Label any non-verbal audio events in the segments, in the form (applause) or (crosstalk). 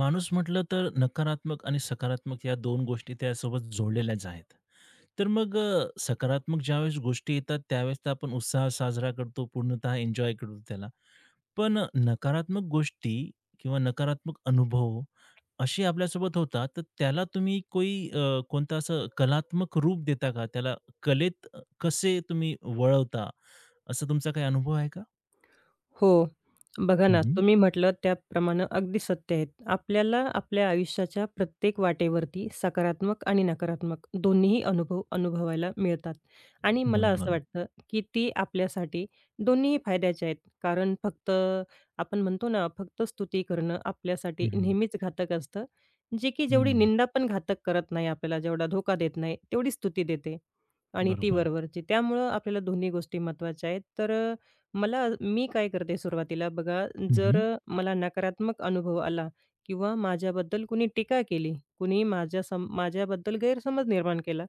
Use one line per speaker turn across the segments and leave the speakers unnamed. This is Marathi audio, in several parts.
माणूस म्हटलं तर नकारात्मक आणि सकारात्मक या 2 गोष्टी त्यासोबत जोडलेल्याच आहेत. तर मग सकारात्मक ज्यावेळेस गोष्टी येतात त्यावेळेस तर आपण उत्साह साजरा करतो, पूर्णतः एन्जॉय करतो त्याला. पण नकारात्मक गोष्टी किंवा नकारात्मक अनुभव असे आपल्यासोबत होतात, तर त्याला तुम्ही कोणता असं कलात्मक रूप देता का? त्याला कलेत कसे तुम्ही वळवता? असा तुमचा काही अनुभव आहे का?
हो. बघा
हं,
ना,
हं.
तुम्ही म्हटलं त्याप्रमाणे अगदी सत्य आहे. आपल्याला आपल्या आयुष्याच्या प्रत्येक वाटेवरती सकारात्मक आणि नकारात्मक दोन्हीही अनुभव अनुभवायला मिळतात आणि मला असं
बरोबर.
वाटतं, की ती आपल्यासाठी दोन्हीही फायद्याचे आहेत. कारण फक्त आपण म्हणतो ना, फक्त स्तुती करणं आपल्यासाठी
हं, हं.
नेहमीच घातक असतं, जे की जेवढी
हं.
निंदा पण घातक करत नाही आपल्याला, जेवढा धोका देत नाही, तेवढी स्तुती देते आणि ती
बरोबर.
वरवरची. त्यामुळं आपल्याला दोन्ही गोष्टी महत्त्वाच्या आहेत. तर मला मी काय करते सुरुवातीला बघा,
हं,
जर
हं.
मला नकारात्मक अनुभव आला किंवा माझ्याबद्दल कुणी टीका केली, कुणी माझ्या सम माझ्याबद्दल गैरसमज निर्माण केला,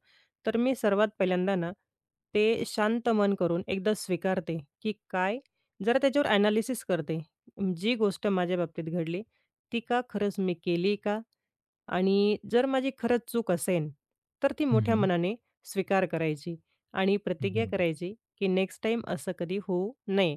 तर मी सर्वात पहिल्यांदा ना, ते शांत मन करून एकदा स्वीकारते, की काय जरा त्याच्यावर ॲनालिसिस करते. जी गोष्ट माझ्या बाबतीत घडली, ती का खरंच मी केली का? आणि जर माझी खरंच चूक असेन, तर ती
हं,
मोठ्या
हं.
मनाने स्वीकार करायची आणि प्रतिज्ञा
बरोबर.
करायची, की नेक्स्ट टाईम असं कधी होऊ नये.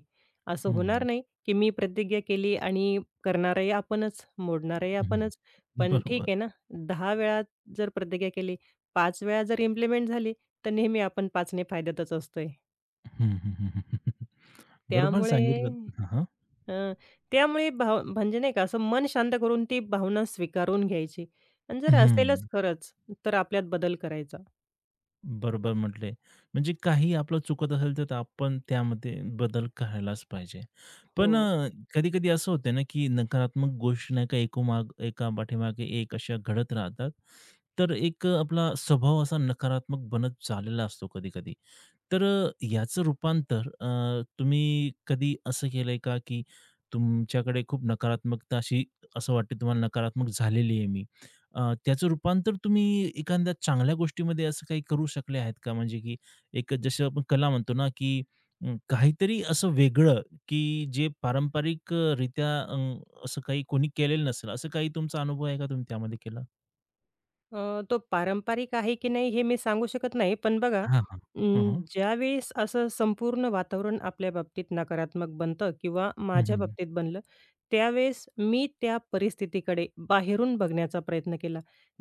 असं होणार
हं,
नाही, की मी प्रतिज्ञा केली आणि करणारही आपणच, मोडणारही
हं, हं.
आपणच. पण ठीक आहे
बरोबर.
ना, 10 वेळा जर प्रतिज्ञा केली, 5 वेळा जर इम्प्लिमेंट झाली, तर नेहमी आपण 5 फायद्यातच असतोय.
हं, हं, हं, हं, हं, हं. बरोबर
त्यामुळे
सांगितलं. हां, हां.
हं, त्यामुळे भाव म्हणजे नाही का असं मन शांत करून ती भावना स्वीकारून घ्यायची आणि जर
हं.
असेलच खरंच, तर आपल्यात बदल करायचा.
बरोबर म्हटले. म्हणजे काही आपलं चुकत असेल तर आपण त्यामध्ये बदल करायलाच पाहिजे.
हो.
पण कधी-कधी असं होते ना, की नकारात्मक गोष्टी नाही का एकोमाग एका पाठीमागे एक अशा घडत राहतात. तर एक आपला स्वभाव असा नकारात्मक बनत चाललेला असतो कधी-कधी. तर याचं रूपांतर तुम्ही कधी असं केलंय का, की तुमच्याकडे खूप नकारात्मकता अशी असं वाटते तुम्हाला नकारात्मक झालेली आहे मी. त्याचं रूपांतर तुम्ही एखाद्या चांगल्या गोष्टीमध्ये असं काही करू शकले आहेत का? म्हणजे की एक जसं आपण कला म्हणतो ना, की काहीतरी असं वेगळं, की जे पारंपरिक रित्या असं काही कोणी केलेलं नसेल, असं काही तुमचा अनुभव आहे का तुम्ही त्यामध्ये केला?
तो पारंपरिक आहे की नाही हे मी सांगू शकत नाही. पण बघा
हां, हां. हं, हं.
ज्यावेळेस असं संपूर्ण वातावरण आपल्या बाबतीत नकारात्मक बनतं किंवा
हं,
माझ्या
हं.
बाबतीत बनलं, त्यावेळेस मी त्या परिस्थितीकडे बाहेरून बघण्याचा प्रयत्न केला,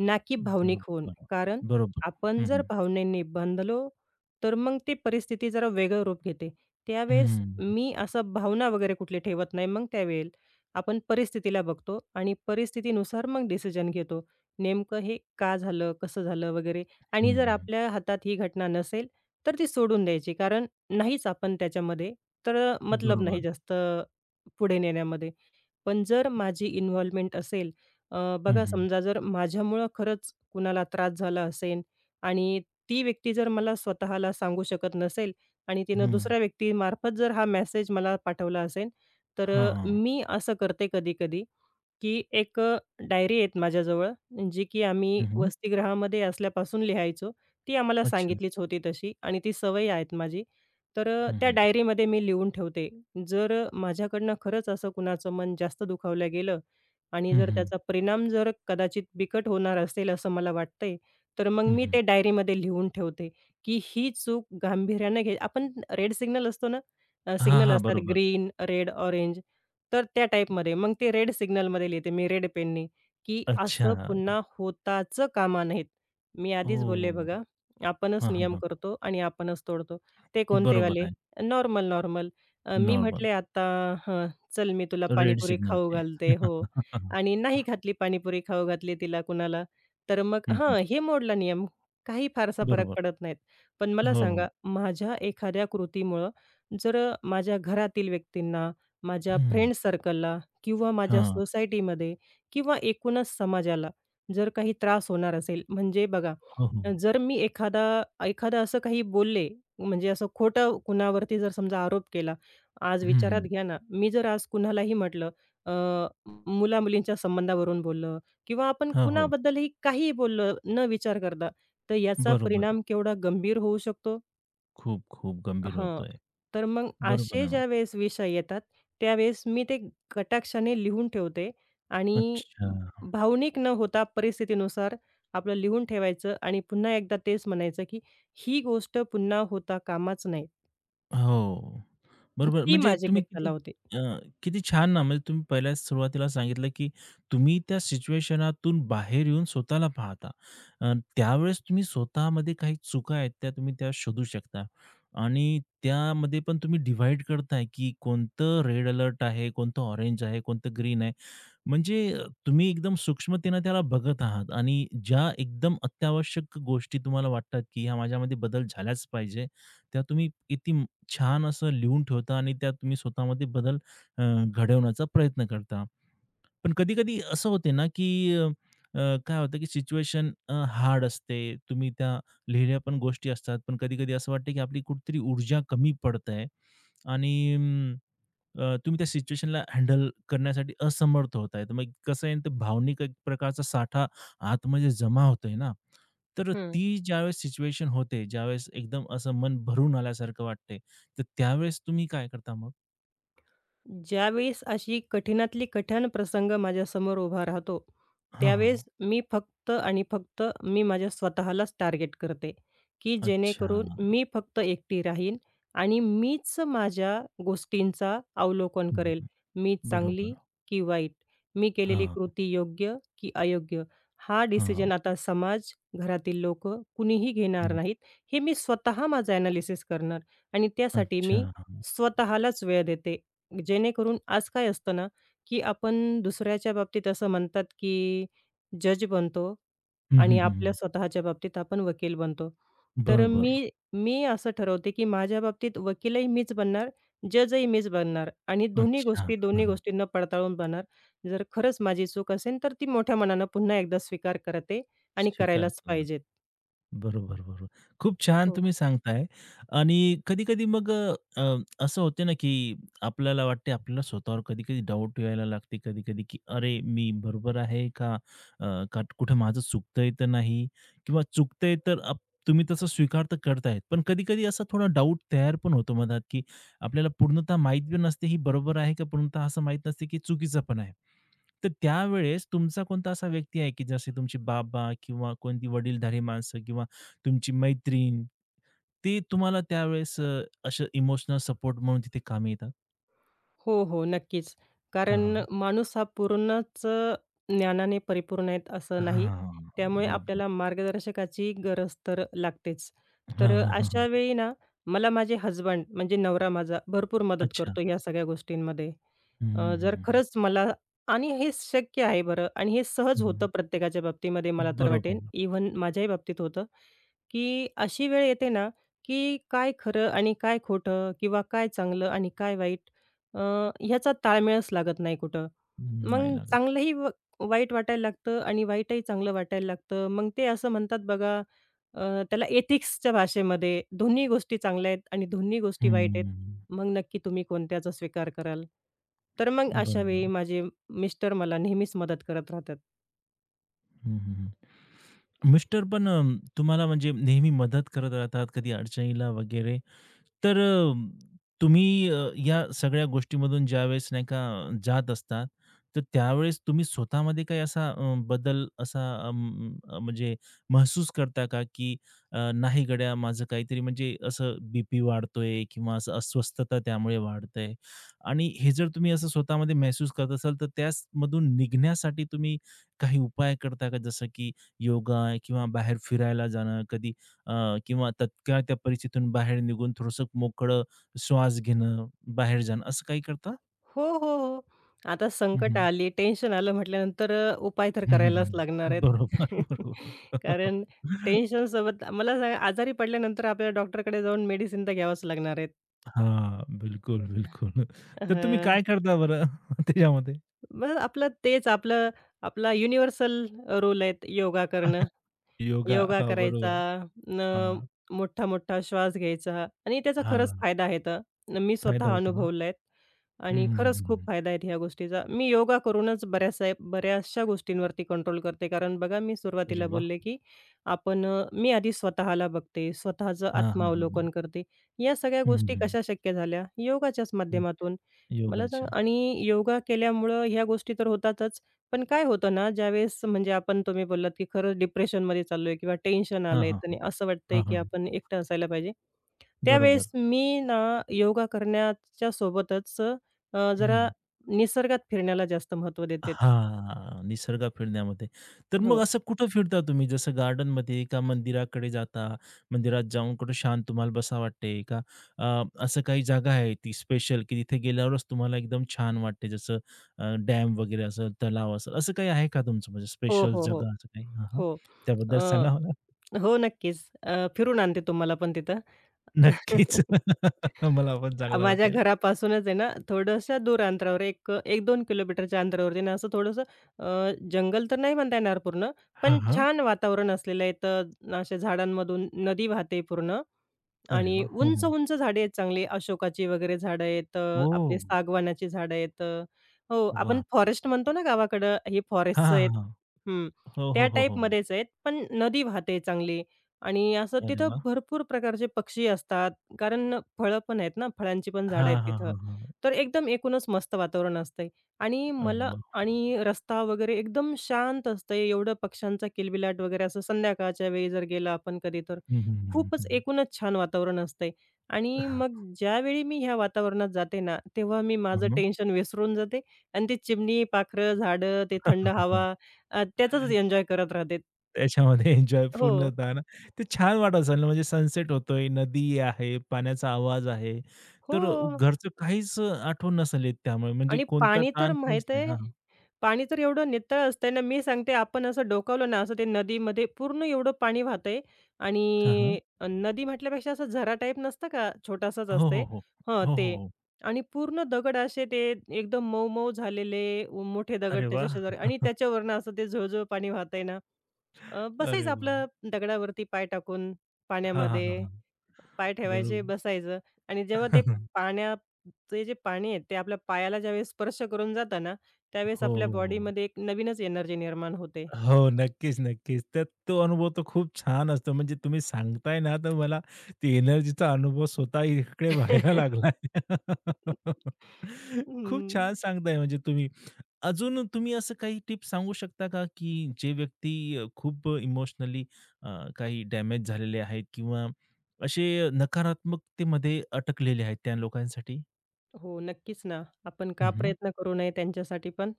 ना की भावनिक होऊन.
बरोबर.
कारण
बरोबर.
आपण
हं,
जर
हं.
भावनेने बंधलो, तर मग ती परिस्थिती जरा वेगळं रूप घेते. त्यावेळेस
हं.
मी असं भावना वगैरे कुठली ठेवत नाही. मग त्यावेळेला आपण परिस्थितीला बघतो आणि परिस्थितीनुसार मग डिसिजन घेतो. नेमकं हे का झालं, कसं झालं वगैरे आणि
हं,
जर
हं.
आपल्या हातात ही घटना नसेल, तर ती सोडून द्यायची. कारण नाहीच आपण त्याच्यामध्ये, तर मतलब नाही
बरोबर.
जास्त पुढे नेण्यामध्ये. पण जर माझी इन्व्हॉल्वमेंट असेल,
हं,
बघा
हं.
समजा जर माझ्यामुळं खरंच कुणाला त्रास झाला असेल आणि ती व्यक्ती जर मला स्वतःला सांगू शकत नसेल आणि तिनं
हं.
दुसऱ्या व्यक्तीमार्फत जर हा मेसेज मला पाठवला असेल, तर
हां, हां.
मी असं करते कधी-कधी, की एक डायरी आहेत माझ्याजवळ, जी की आम्ही
हं, हं.
वसतिगृहामध्ये असल्यापासून लिहायचो. ती आम्हाला
अच्छा.
सांगितलीच होती तशी आणि ती सवय आहेत माझी. तर
हं,
त्या
हं.
डायरीमध्ये मी लिहून ठेवते. जर माझ्याकडनं खरंच असं कुणाचं मन जास्त दुखावलं गेलं आणि
हं,
जर
हं.
त्याचा परिणाम जर कदाचित बिकट होणार असेल असं मला वाटतंय, तर मग
हं,
मी
हं.
ते डायरीमध्ये लिहून ठेवते, की ही चूक गांभीर्यानं घे आपण रेड सिग्नल असतो ना,
हां,
सिग्नल
हां.
असतात
बरोबर.
ग्रीन, रेड, ऑरेंज तर त्या टाईपमध्ये. मग ते रेड सिग्नलमध्ये लिहिते मी रेड पेननी, की असं
अच्छा.
पुन्हा होताच कामा नयेत. मी आधीच बोलले
ओह!
बघा, आपणच
हां, हां,
नियम
हां.
करतो आणि आपणच तोडतो. ते
बरोबर
कोणतेवाले?
आहे.
Normal, normal. मी
नॉर्मल.
म्हटले आता, हं, चल मी तुला
रेड
पाणीपुरी खाऊ
सिग्नलचे.
घालते हो. आणि नाही घातली पाणीपुरी खाऊ घातली तिला कुणाला, तर मग
हं,
हां,
हं.
हे मोडला नियम. काही फारसा फरक
बरोबर.
पडत नाहीत. पण मला
हो, हो.
सांगा, माझ्या एखाद्या कृतीमुळं जर माझ्या घरातील व्यक्तींना, माझ्या
हं.
फ्रेंड सर्कलला किंवा माझ्या
हां.
सोसायटीमध्ये किंवा एकूणच समाजाला जर काही त्रास होणार असेल, म्हणजे बघा
हो, हो.
जर मी एखादं असं काही बोलले, म्हणजे असं खोटं कुणावरती जर समजा आरोप केला, आज
हं,
विचारात
हं.
घ्या ना, मी जर आज कुणालाही म्हटलं अ, मुला-मुलींच्या संबंधावरून बोललं किंवा आपण
हो, हो.
कुणाबद्दलही काहीही बोललं न विचार करता, तर याचा
बरोबर.
परिणाम केवढा गंभीर होऊ शकतो.
खूप, खूप गंभीर
हां.
होतोय.
तर मग
बरोबर
असे
आहे ना.
ज्यावेळेस विषय येतात, त्यावेळेस मी ते कटाक्षाने लिहून ठेवते आणि
अच्छा.
भावनिक न होता परिस्थितीनुसार आपलं लिहून ठेवायचं आणि पुन्हा एकदा तेच म्हणायचं, की ही गोष्ट पुन्हा होता कामाच नाही.
हो. बरोबर.
ती
म्हणजे
माझी
तुम्ही
एक कला
किती
होती.
अ, किती छान ना, म्हणजे तुम्ही पहिल्याच सुरुवातीला सांगितलं, की तुम्ही त्या सिच्युएशनातून बाहेर येऊन स्वतःला पाहता. त्यावेळेस तुम्ही स्वतःमध्ये काही चुका आहेत, त्या तुम्ही त्या शोधू शकता आणि त्यामध्ये पण तुम्ही डिव्हाईड करताय, की कोणतं रेड अलर्ट आहे, कोणतं ऑरेंज आहे, कोणतं ग्रीन आहे. म्हणजे तुम्ही एकदम सूक्ष्मतेनं त्याला बघत आहात आणि ज्या एकदम अत्यावश्यक गोष्टी तुम्हाला वाटतात, की ह्या माझ्यामध्ये बदल झाल्याच पाहिजे, त्या तुम्ही किती छान असं लिहून ठेवता आणि त्यात तुम्ही स्वतःमध्ये बदल घडवण्याचा प्रयत्न करता. पण कधी-कधी असं होते ना, की काय होतं, की सिच्युएशन हार्ड असते. तुम्ही त्या लिहिल्या पण गोष्टी असतात. पण कधी-कधी असं वाटतं, की आपली कुठेतरी ऊर्जा कमी पडत आहे आणि तुम्ही त्या सिच्युएशनला हँडल करण्यासाठी असमर्थ होताय. तर मग कसं आहे, न, ते भावनिक एक प्रकारचा साठा आतमध्ये जमा होतोय ना. तर ती ज्यावेळेस सिच्युएशन होते, ज्यावेळेस एकदम असं मन भरून आल्यासारखं वाटते, तर त्यावेळेस तुम्ही काय करता मग?
ज्यावेळेस अशी कठीणातली कठीण प्रसंग माझ्यासमोर उभा राहतो,
हां,
त्यावेळेस
हां.
मी फक्त आणि फक्त मी माझ्या स्वतःलाच टार्गेट करते, की जेणेकरून
अच्छा.
मी फक्त एकटी राहीन आणि मीच माझ्या गोष्टींचा अवलोकन
हं,
करेल.
हं.
मी चांगली
बरोबर.
की वाईट? मी केलेली
हां,
कृती योग्य की अयोग्य? हा
हां.
डिसिजन आता समाज, घरातील लोकं कुणीही घेणार
हं.
नाहीत. हे मी स्वतः माझं ॲनालिसिस करणार आणि त्यासाठी
अच्छा.
मी स्वतःलाच वेळ देते. जेणेकरून आज काय असतं ना, की आपण दुसऱ्याच्या बाबतीत असं म्हणतात, की जज बनतो
हं,
आणि
हं,
आपल्या
हं.
स्वतःच्या बाबतीत आपण वकील बनतो. तर
बरोबर.
मी मी असं ठरवते, की माझ्या बाबतीत वकीलही मीच बनणार, जजही मीच बनणार आणि दोन्ही
अच्छा.
गोष्टी
हां,
दोन्ही
हां.
गोष्टींना पडताळून बनणार. जर खरंच माझी चूक असेल, तर ती मोठ्या मनानं पुन्हा एकदा स्वीकार करते आणि करायलाच
स्वीकारतो.
पाहिजेत.
बरोबर, बरोबर. खूप छान
हो.
तुम्ही सांगताय आणि कधी-कधी मग अ, असं होते ना, की आपल्याला वाटते आपल्याला स्वतःवर कधी-कधी डाऊट यायला लागते कधी-कधी, की "अरे, मी बरोबर आहे का? का कुठं माझं चुकतंय तर नाही?" किंवा चुकतंय तर आप तुम्ही तसं स्वीकार तर करतायत. पण कधी-कधी असा थोडा डाऊट तयार पण होतो मनात, की आपल्याला पूर्णतः माहीत बी नसते, ही बरोबर आहे का पूर्णतः असं माहीत नसते, की चुकीचं पण आहे. तर त्यावेळेस तुमचा कोणता असा व्यक्ती आहे, की जसे तुमचे बाबा किंवा कोणती वडीलधारी माणसं किंवा तुमची मैत्रीण, ते तुम्हाला त्यावेळेस असं इमोशनल सपोर्ट म्हणून तिथे कामी येतात?
हो, हो. नक्कीच.
हां,
कारण
हां.
माणूस हा पूर्णच ज्ञानाने परिपूर्ण आहेत असं नाही.
हां,
त्यामुळे
बरोबर.
आपल्याला मार्गदर्शकाची गरज तर लागतेच. तर
हां, हां, हां,
अशा
हां.
वेळी ना मला माझे हजबंड, म्हणजे नवरा माझा भरपूर मदत
अच्छा.
करतो या सगळ्या गोष्टींमध्ये.
हं, हं, हं,
जर
हं,
खरंच मला, आणि हे शक्य आहे बरं आणि हे सहज
हं,
होतं
हं.
प्रत्येकाच्या बाबतीमध्ये मला तर वाटेन, इव्हन माझ्याही बाबतीत होतं, की अशी वेळ येते ना, की काय खरं आणि काय खोटं किंवा काय चांगलं आणि काय वाईट, अ, ह्याचा ताळमेळच लागत नाही कुठं.
नाही
मग
लागत.
चांगलंही व वाईट वाटायला लागतं आणि वाईटही चांगलं वाटायला लागतं. मग ते असं म्हणतात बघा, त्याला एथिक्सच्या भाषेमध्ये दोन्ही गोष्टी चांगल्या आहेत आणि दोन्ही गोष्टी वाईट आहेत.
हं.
मग नक्की तुम्ही कोणत्याचा स्वीकार कराल? तर मग अशावेळी
बरोबर.
माझे मिस्टर मला नेहमीच मदत करत राहतात.
हं, हं, हं. मिस्टर पण तुम्हाला म्हणजे नेहमी मदत करत राहतात, कधी अडचणीला वगैरे? तर तुम्ही या सगळ्या गोष्टीमधून ज्यावेळेस नाही का जात असतात, तर त्यावेळेस तुम्ही स्वतःमध्ये काही असा बदल असा म्हणजे महसूस करता का, की नाही गड्या माझं काहीतरी म्हणजे असं बीपी पी वाढतोय किंवा असं अस्वस्थता त्यामुळे वाढतंय आणि हे जर तुम्ही असं स्वतःमध्ये महसूस करत असाल, तर त्यामधून निघण्यासाठी तुम्ही काही उपाय करता का? जसं की योगा किंवा बाहेर फिरायला जाणं, कधी किंवा तत्काळ त्या परिस्थितीतून बाहेर निघून थोडंसं मोकळं श्वास घेणं, बाहेर जाणं असं काही करता?
हो, हो, हो. आता
हं,
संकट
हं.
आली, टेन्शन आलं म्हटल्यानंतर उपाय तर
हं, हं,
करायलाच लागणार
हं.
आहेत.
बरोबर,
(laughs)
बरोबर. (laughs)
कारण टेन्शनसोबत मला सांगा आजारी पडल्यानंतर आपल्याला डॉक्टरकडे जाऊन मेडिसिन तर घ्यावंच लागणार आहेत.
हां, बिलकुल, बिलकुल. तर तुम्ही
हं,
काय करता बरं (laughs) त्याच्यामध्ये?
मग आपलं तेच आपलं आपला युनिव्हर्सल रूल आहेत योगा करणं.
योगा.
योगा
हां,
करायचा,
बरोबर.
न
हां,
मोठा-मोठा श्वास घ्यायचा आणि त्याचा खरंच
हां.
फायदा आहे तर. मी
फायदा
स्वतः
होते ना?
अनुभवलाय
हं,
आणि
हं, हं,
खरंच
हं,
खूप
हं.
फायदा आहे ह्या गोष्टीचा. मी योगा करूनच बऱ्याचशा बऱ्याचशा गोष्टींवरती कंट्रोल करते. कारण बघा मी
अरे
सुरुवातीला
वाह!
बोलले, की मी आधी स्वतःला बघते, स्वतःचं
हां, हां, हां, हां.
आत्मावलोकन करते. या सगळ्या
हं,
गोष्टी
हं,
कशा शक्य झाल्या? योगाच्याच
हं.
माध्यमातून. मला सांगा
योगाच्या.
आणि योगा केल्यामुळं ह्या गोष्टी तर होतातच. पण काय होतं ना, ज्यावेळेस म्हणजे तुम्ही बोललात, की खरंच डिप्रेशनमध्ये चाललोय किंवा टेन्शन
हां,
आलंय
हां,
आणि
हां.
असं वाटतंय,
हां,
की
हां.
आपण एकटं असायला पाहिजे. त्यावेळेस
बरोबर.
मी ना योगा करण्याच्या सोबतच जरा
हं.
निसर्गात फिरण्याला जास्त महत्त्व देते.
हां, निसर्ग फिरण्यामध्ये. तर मग
हो.
असं कुठं फिरता तुम्ही? जसं गार्डनमध्ये का मंदिराकडे जाता? मंदिरात जाऊन कुठं शांत तुम्हाला बसावं वाटते का असं काही जागा आहे ती स्पेशल की तिथे गेल्यावरच तुम्हाला एकदम छान वाटते जसं डॅम वगैरे असेल, तलाव असेल, असं काही आहे का तुमचं म्हणजे
हो,
स्पेशल
हो, हो.
जागा असं काही? हां, हां.
हो.
त्याबद्दल सांगा मला.
अ, हो, नक्कीच. फिरून आणते तुम्हाला पण तिथं.
नक्कीच.
(laughs)
(laughs) मला पण चांगलं
माझ्या
वाटेल.
घरापासूनच आहे ना, थोडंसं दूर अंतरावर एक 1-2 किलोमीटरच्या अंतरावरती ना, असं थोडंसं जंगल तर नाही म्हणता येणार पूर्ण, पण
हां, हां.
छान वातावरण असलेलं आहे. तर असे झाडांमधून नदी वाहते पूर्ण
अरे
आणि
वाह! हो, हो.
उंच-उंच झाडे आहेत चांगली अशोकाची वगैरे झाडं आहेत, आपली
ओह!
सागवानाची झाडं आहेत. हो, आपण
वाह!
फॉरेस्ट म्हणतो ना गावाकडं, हे
हां,
फॉरेस्टचं आहेत.
हां, हां.
हं,
हो,
त्या
हो, हो, हो.
टाईपमध्येच आहेत, पण नदी वाहते चांगली आणि असं
अरे
तिथं
वाह!
भरपूर प्रकारचे पक्षी असतात, कारण फळं पण आहेत ना, फळांची पण झाडं
हां,
आहेत
हां,
तिथं.
हां, हां.
तर एकदम एकूणच मस्त वातावरण असतंय आणि
अरे
मला
वाह!
आणि रस्ता वगैरे एकदम शांत असतंय, एवढं पक्ष्यांचा किलबिलाट वगैरे असं संध्याकाळच्या वेळी जर गेलं आपण कधी तर.
हं, हं, हं,
खूपच
हं, हं.
एकूणच छान वातावरण असतंय आणि मग ज्यावेळी मी ह्या वातावरणात जाते ना, तेव्हा मी माझं
मग?
टेन्शन विसरून जाते आणि ती चिमणी, पाखरं, झाडं, ते थंड हवा,
(laughs)
त्याचाच एन्जॉय करत राहते.
त्याच्यामध्ये एन्जॉय
हो.
पूर्णतः ना, ते छान वाटत असेल ना, म्हणजे सनसेट होतोय, नदी आहे, पाण्याचा आवाज आहे.
हो
तर घरचं काहीच आठवण नसेल येत त्यामुळे म्हणजे
आणि
कोणता
पाणी तर
ताण काहीच
माहीत
नाही.
आहे,
हां,
पाणी तर एवढं नितळ असतंय ना, मी सांगते आपण असं डोकावलं ना, असं ते नदीमध्ये पूर्ण एवढं पाणी वाहतंय
हां, हां.
आणि नदी म्हटल्यापेक्षा असं झरा टाईप नसतं का, छोटासाच
हो,
असते.
हो, हो.
हं,
हो, हो,
ते
हो.
आणि पूर्ण दगड असे ते एकदम मऊ-मऊ झालेले, मोठे दगड
अरे
त्याच्या शेजारी
वाह!
आणि त्याच्यावरनं असं ते झुळझुळ पाणी वाहतंय ना, बसायचं
अरे
आपलं
वाह!
दगडावरती पाय टाकून
हां, हां, हां,
पाण्यामध्ये.
हां.
पाय ठेवायचे,
बरोबर.
बसायचं आणि जेव्हा ते
(laughs)
पाण्याचे जे पाणी आहे, ते आपल्या पायाला ज्यावेळेस स्पर्श करून जातं ना, त्यावेळेस
हो,
आपल्या
हो, हो.
बॉडीमध्ये एक नवीनच एनर्जी निर्माण होते.
हो, नक्कीच, नक्कीच. तर तो अनुभव तर खूप छान असतो. म्हणजे तुम्ही सांगताय ना, तर मला ती एनर्जीचा अनुभव स्वतः इकडे व्हायला
(laughs)
लागलाय. (laughs) खूप
हं.
छान सांगताय म्हणजे तुम्ही. अजून तुम्ही असं काही टिप्स सांगू शकता का, की जे व्यक्ती खूप इमोशनली काही डॅमेज झालेले आहेत किंवा असे नकारात्मकतेमध्ये अटकलेले आहेत त्या लोकांसाठी?
हो, नक्कीच ना. आपण का
हं, हं.
प्रयत्न करू नये त्यांच्यासाठी पण?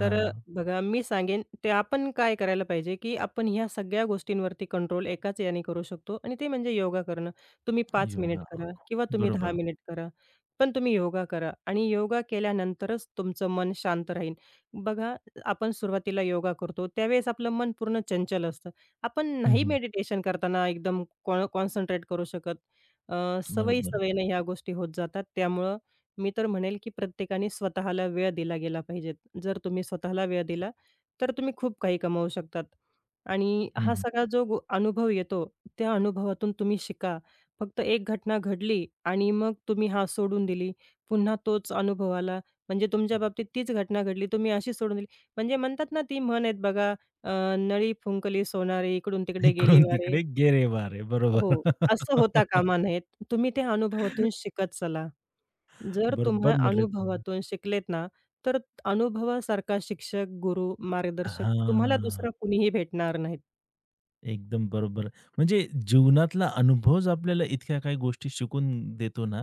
तर बघा मी सांगेन ते आपण काय करायला पाहिजे, की आपण ह्या सगळ्या गोष्टींवरती कंट्रोल एकाच याने करू शकतो आणि ते म्हणजे योगा करणं. तुम्ही 5 मिनिट
योगा. हा.
करा किंवा तुम्ही 10
बरोबर.
मिनिट करा, पण तुम्ही योगा करा आणि योगा केल्यानंतरच तुमचं मन शांत राहील. बघा आपण सुरुवातीला योगा करतो, त्यावेळेस आपलं मन पूर्ण चंचल असतं. आपण नाही
हं,
मेडिटेशन करताना एकदम कॉन्सन्ट्रेट करू शकत. अ,
बरोबर.
सवयी-सवयीने ह्या गोष्टी होत जातात. त्यामुळं मी तर म्हणेल, की प्रत्येकाने स्वतःला वेळ दिला गेला पाहिजे. जर तुम्ही स्वतःला वेळ दिला, तर तुम्ही खूप काही कमावू शकतात. आणि हा सगळा जो अनुभव येतो, त्या अनुभवातून तुम्ही शिका. फक्त एक घटना घडली आणि मग तुम्ही हा सोडून दिली. पुन्हा तोच अनुभव आला. म्हणजे तुमच्या बाबतीत तीच घटना घडली, तुम्ही अशी सोडून दिली. म्हणजे म्हणतात ना, ती म्हण आहेत बघा, अ, "नळी फुंकली सोनारी, इकडून तिकडे गेली
इकडून
वारे."
तिकडे गेरे बारे.
हो,
बरोबर.
असं होता कामा नयेत. तुम्ही त्या अनुभवातून
(laughs)
शिकत चला. जर तुम्ही
बरोबर म्हटले तुम्ही.
अनुभवातून शिकलेत ना, तर अनुभवासारखा शिक्षक, गुरु, मार्गदर्शक तुम्हाला
हां.
दुसरा कुणीही भेटणार नाहीत.
एकदम बरोबर. म्हणजे जीवनातला अनुभवच आपल्याला इतक्या काही गोष्टी शिकून देतो ना,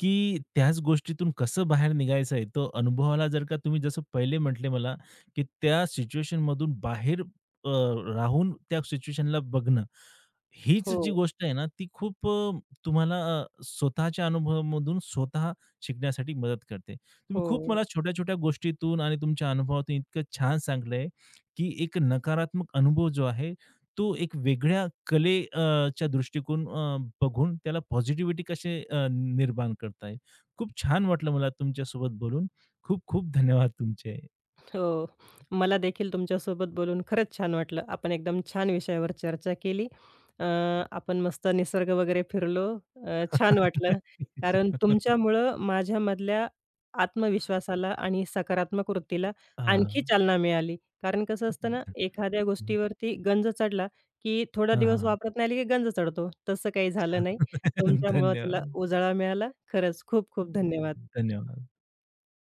की त्याच गोष्टीतून कसं बाहेर निघायचं आहे, तो अनुभवाला जर का तुम्ही जसं पहिले म्हटले मला, की त्या सिच्युएशनमधून बाहेर अ, राहून त्या सिच्युएशनला बघणं, हीच जी
हो,
गोष्ट आहे ना, ती खूप तुम्हाला स्वतःच्या अनुभवामधून स्वतः शिकण्यासाठी मदत करते. तुम्ही खूप
हो.
मला छोट्या-छोट्या गोष्टीतून आणि तुमच्या अनुभवातून इतकं छान सांगितलंय, की एक नकारात्मक अनुभव जो आहे, तो एक वेगळ्या च्या बघून त्याला पॉझिटिव्हिटी कसे निर्माण करता येईल. खूप छान वाटलं मला तुमच्यासोबत बोलून. खूप खूप धन्यवाद तुमचे.
हो. मला देखील तुमच्यासोबत बोलून खरंच छान वाटलं. आपण एकदम छान विषयावर चर्चा केली. अ, आपण मस्त निसर्ग वगैरे फिरलो. छान
(laughs)
वाटलं. कारण
नक्कीच.
तुमच्यामुळं माझ्यामधल्या आत्मविश्वासाला आणि सकारात्मक वृत्तीला आणखी
हां.
चालना मिळाली. कारण कसं असतं ना, एखाद्या गोष्टीवरती गंज चढला, की थोडा
हां,
दिवस
हां.
वापरत नाही आली की गंज चढतो. तसं काही झालं नाही.
(laughs)
तुमच्यामुळं त्याला
धन्यवाद.
उजाळा मिळाला. खरंच खूप खूप धन्यवाद.
धन्यवाद.